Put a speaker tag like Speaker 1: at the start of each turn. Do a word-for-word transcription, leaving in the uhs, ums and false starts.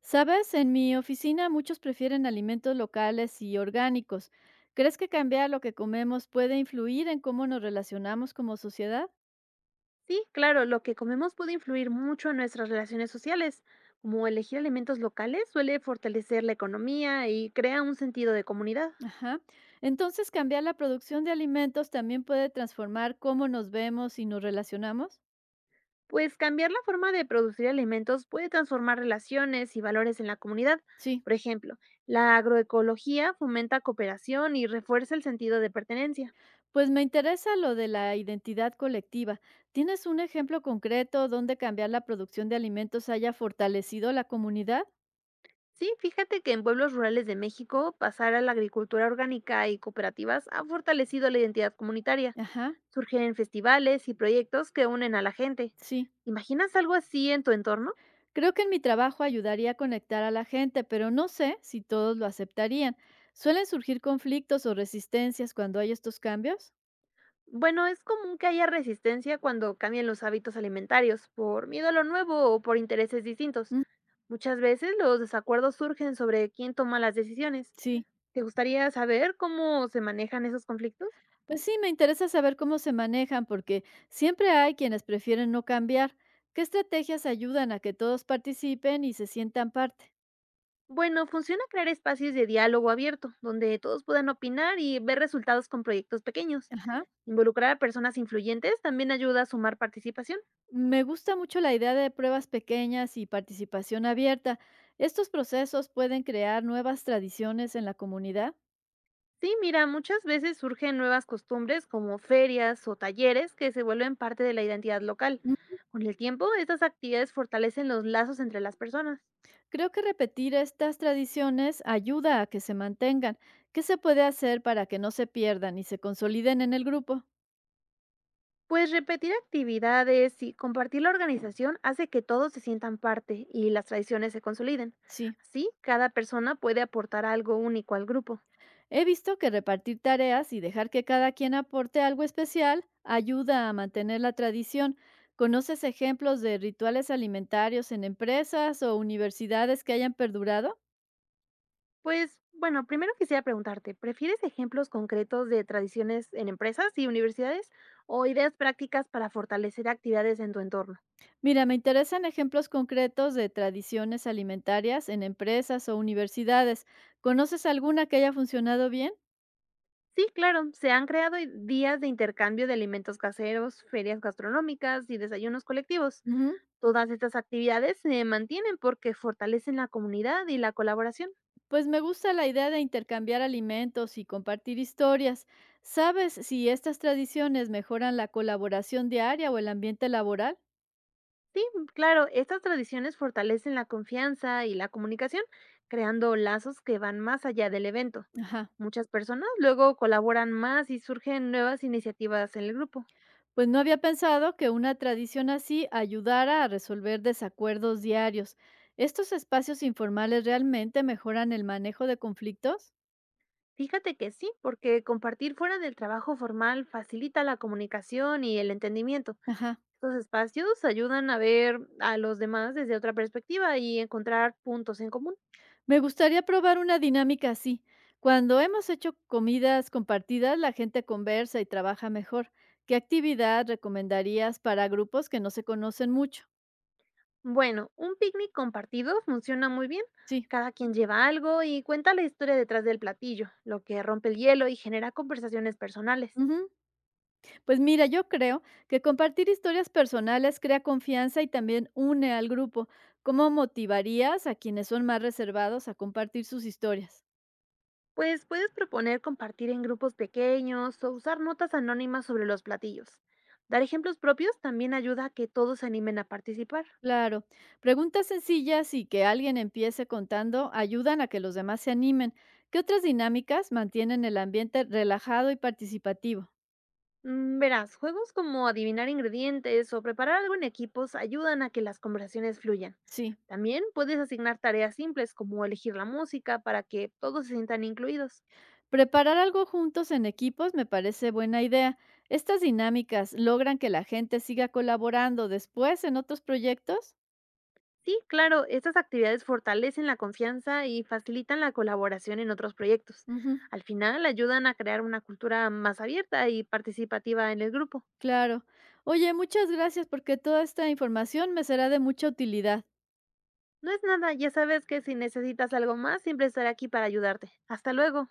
Speaker 1: Sabes, en mi oficina muchos prefieren alimentos locales y orgánicos. ¿Crees que cambiar lo que comemos puede influir en cómo nos relacionamos como sociedad?
Speaker 2: Sí, claro, lo que comemos puede influir mucho en nuestras relaciones sociales, como elegir alimentos locales suele fortalecer la economía y crea un sentido de comunidad.
Speaker 1: Ajá. Entonces, cambiar la producción de alimentos también puede transformar cómo nos vemos y nos relacionamos.
Speaker 2: Pues cambiar la forma de producir alimentos puede transformar relaciones y valores en la comunidad.
Speaker 1: Sí.
Speaker 2: Por ejemplo, la agroecología fomenta cooperación y refuerza el sentido de pertenencia.
Speaker 1: Pues me interesa lo de la identidad colectiva. ¿Tienes un ejemplo concreto donde cambiar la producción de alimentos haya fortalecido la comunidad?
Speaker 2: Sí, fíjate que en pueblos rurales de México, pasar a la agricultura orgánica y cooperativas ha fortalecido la identidad comunitaria.
Speaker 1: Ajá.
Speaker 2: Surgen festivales y proyectos que unen a la gente.
Speaker 1: Sí.
Speaker 2: ¿Imaginas algo así en tu entorno?
Speaker 1: Creo que en mi trabajo ayudaría a conectar a la gente, pero no sé si todos lo aceptarían. ¿Suelen surgir conflictos o resistencias cuando hay estos cambios?
Speaker 2: Bueno, es común que haya resistencia cuando cambian los hábitos alimentarios, por miedo a lo nuevo o por intereses distintos.
Speaker 1: Mm,
Speaker 2: Muchas veces los desacuerdos surgen sobre quién toma las decisiones.
Speaker 1: sí.
Speaker 2: ¿Te gustaría saber cómo se manejan esos conflictos?
Speaker 1: Pues sí, me interesa saber cómo se manejan porque siempre hay quienes prefieren no cambiar. ¿Qué estrategias ayudan a que todos participen y se sientan parte?
Speaker 2: Bueno, funciona crear espacios de diálogo abierto, donde todos puedan opinar y ver resultados con proyectos pequeños.
Speaker 1: Ajá.
Speaker 2: Involucrar a personas influyentes también ayuda a sumar participación.
Speaker 1: Me gusta mucho la idea de pruebas pequeñas y participación abierta. ¿Estos procesos pueden crear nuevas tradiciones en la comunidad?
Speaker 2: Sí, mira, muchas veces surgen nuevas costumbres como ferias o talleres que se vuelven parte de la identidad local. Con el tiempo, estas actividades fortalecen los lazos entre las personas.
Speaker 1: Creo que repetir estas tradiciones ayuda a que se mantengan. ¿Qué se puede hacer para que no se pierdan y se consoliden en el grupo?
Speaker 2: Pues repetir actividades y compartir la organización hace que todos se sientan parte y las tradiciones se consoliden.
Speaker 1: Sí,
Speaker 2: Así, cada persona puede aportar algo único al grupo.
Speaker 1: he visto que repartir tareas y dejar que cada quien aporte algo especial ayuda a mantener la tradición. ¿Conoces ejemplos de rituales alimentarios en empresas o universidades que hayan perdurado?
Speaker 2: Pues bueno, primero quisiera preguntarte, ¿prefieres ejemplos concretos de tradiciones en empresas y universidades o ideas prácticas para fortalecer actividades en tu entorno?
Speaker 1: Mira, me interesan ejemplos concretos de tradiciones alimentarias en empresas o universidades. ¿Conoces alguna que haya funcionado bien?
Speaker 2: Sí, claro, se han creado i- días de intercambio de alimentos caseros, ferias gastronómicas y desayunos colectivos.
Speaker 1: Ujú.
Speaker 2: Todas estas actividades se mantienen porque fortalecen la comunidad y la colaboración.
Speaker 1: Pues me gusta la idea de intercambiar alimentos y compartir historias. ¿Sabes si estas tradiciones mejoran la colaboración diaria o el ambiente laboral?
Speaker 2: Sí, mm, claro, estas tradiciones fortalecen la confianza y la comunicación, creando lazos que van más allá del evento.
Speaker 1: Ajá.
Speaker 2: Muchas personas luego colaboran más y surgen nuevas iniciativas en el grupo.
Speaker 1: Pues no había pensado que una tradición así ayudara a resolver desacuerdos diarios. ¿Estos espacios informales realmente mejoran el manejo de conflictos?
Speaker 2: Fíjate que sí, porque compartir fuera del trabajo formal facilita la comunicación y el entendimiento.
Speaker 1: Ajá.
Speaker 2: Estos espacios ayudan a ver a los demás desde otra perspectiva y encontrar puntos en común.
Speaker 1: Me gustaría probar una dinámica así. Cuando hemos hecho comidas compartidas, la gente conversa y trabaja mejor. ¿Qué actividad recomendarías para grupos que no se conocen mucho?
Speaker 2: Bueno, un picnic compartido funciona muy bien.
Speaker 1: Sí.
Speaker 2: Cada quien lleva algo y cuenta la historia detrás del platillo, lo que rompe el hielo y genera conversaciones personales.
Speaker 1: Ujú. Pues mira, yo creo que compartir historias personales crea confianza y también une al grupo. ¿Cómo motivarías a quienes son más reservados a compartir sus historias?
Speaker 2: Pues puedes proponer compartir en grupos pequeños o usar notas anónimas sobre los platillos. Dar ejemplos propios también ayuda a que todos se animen a participar.
Speaker 1: Claro. Preguntas sencillas y que alguien empiece contando ayudan a que los demás se animen. ¿Qué otras dinámicas mantienen el ambiente relajado y participativo?
Speaker 2: Mm, Verás, juegos como adivinar ingredientes o preparar algo en equipos ayudan a que las conversaciones fluyan.
Speaker 1: Sí.
Speaker 2: También puedes asignar tareas simples como elegir la música para que todos se sientan incluidos.
Speaker 1: Preparar algo juntos en equipos me parece buena idea. ¿Estas dinámicas logran que la gente siga colaborando después en otros proyectos?
Speaker 2: Sí, claro, estas actividades fortalecen la confianza y facilitan la colaboración en otros proyectos.
Speaker 1: Ujú,
Speaker 2: Al final ayudan a crear una cultura más abierta y participativa en el grupo.
Speaker 1: claro. Oye, muchas gracias porque toda esta información me será de mucha utilidad.
Speaker 2: No es nada, ya sabes que si necesitas algo más, siempre estaré aquí para ayudarte. Hasta luego.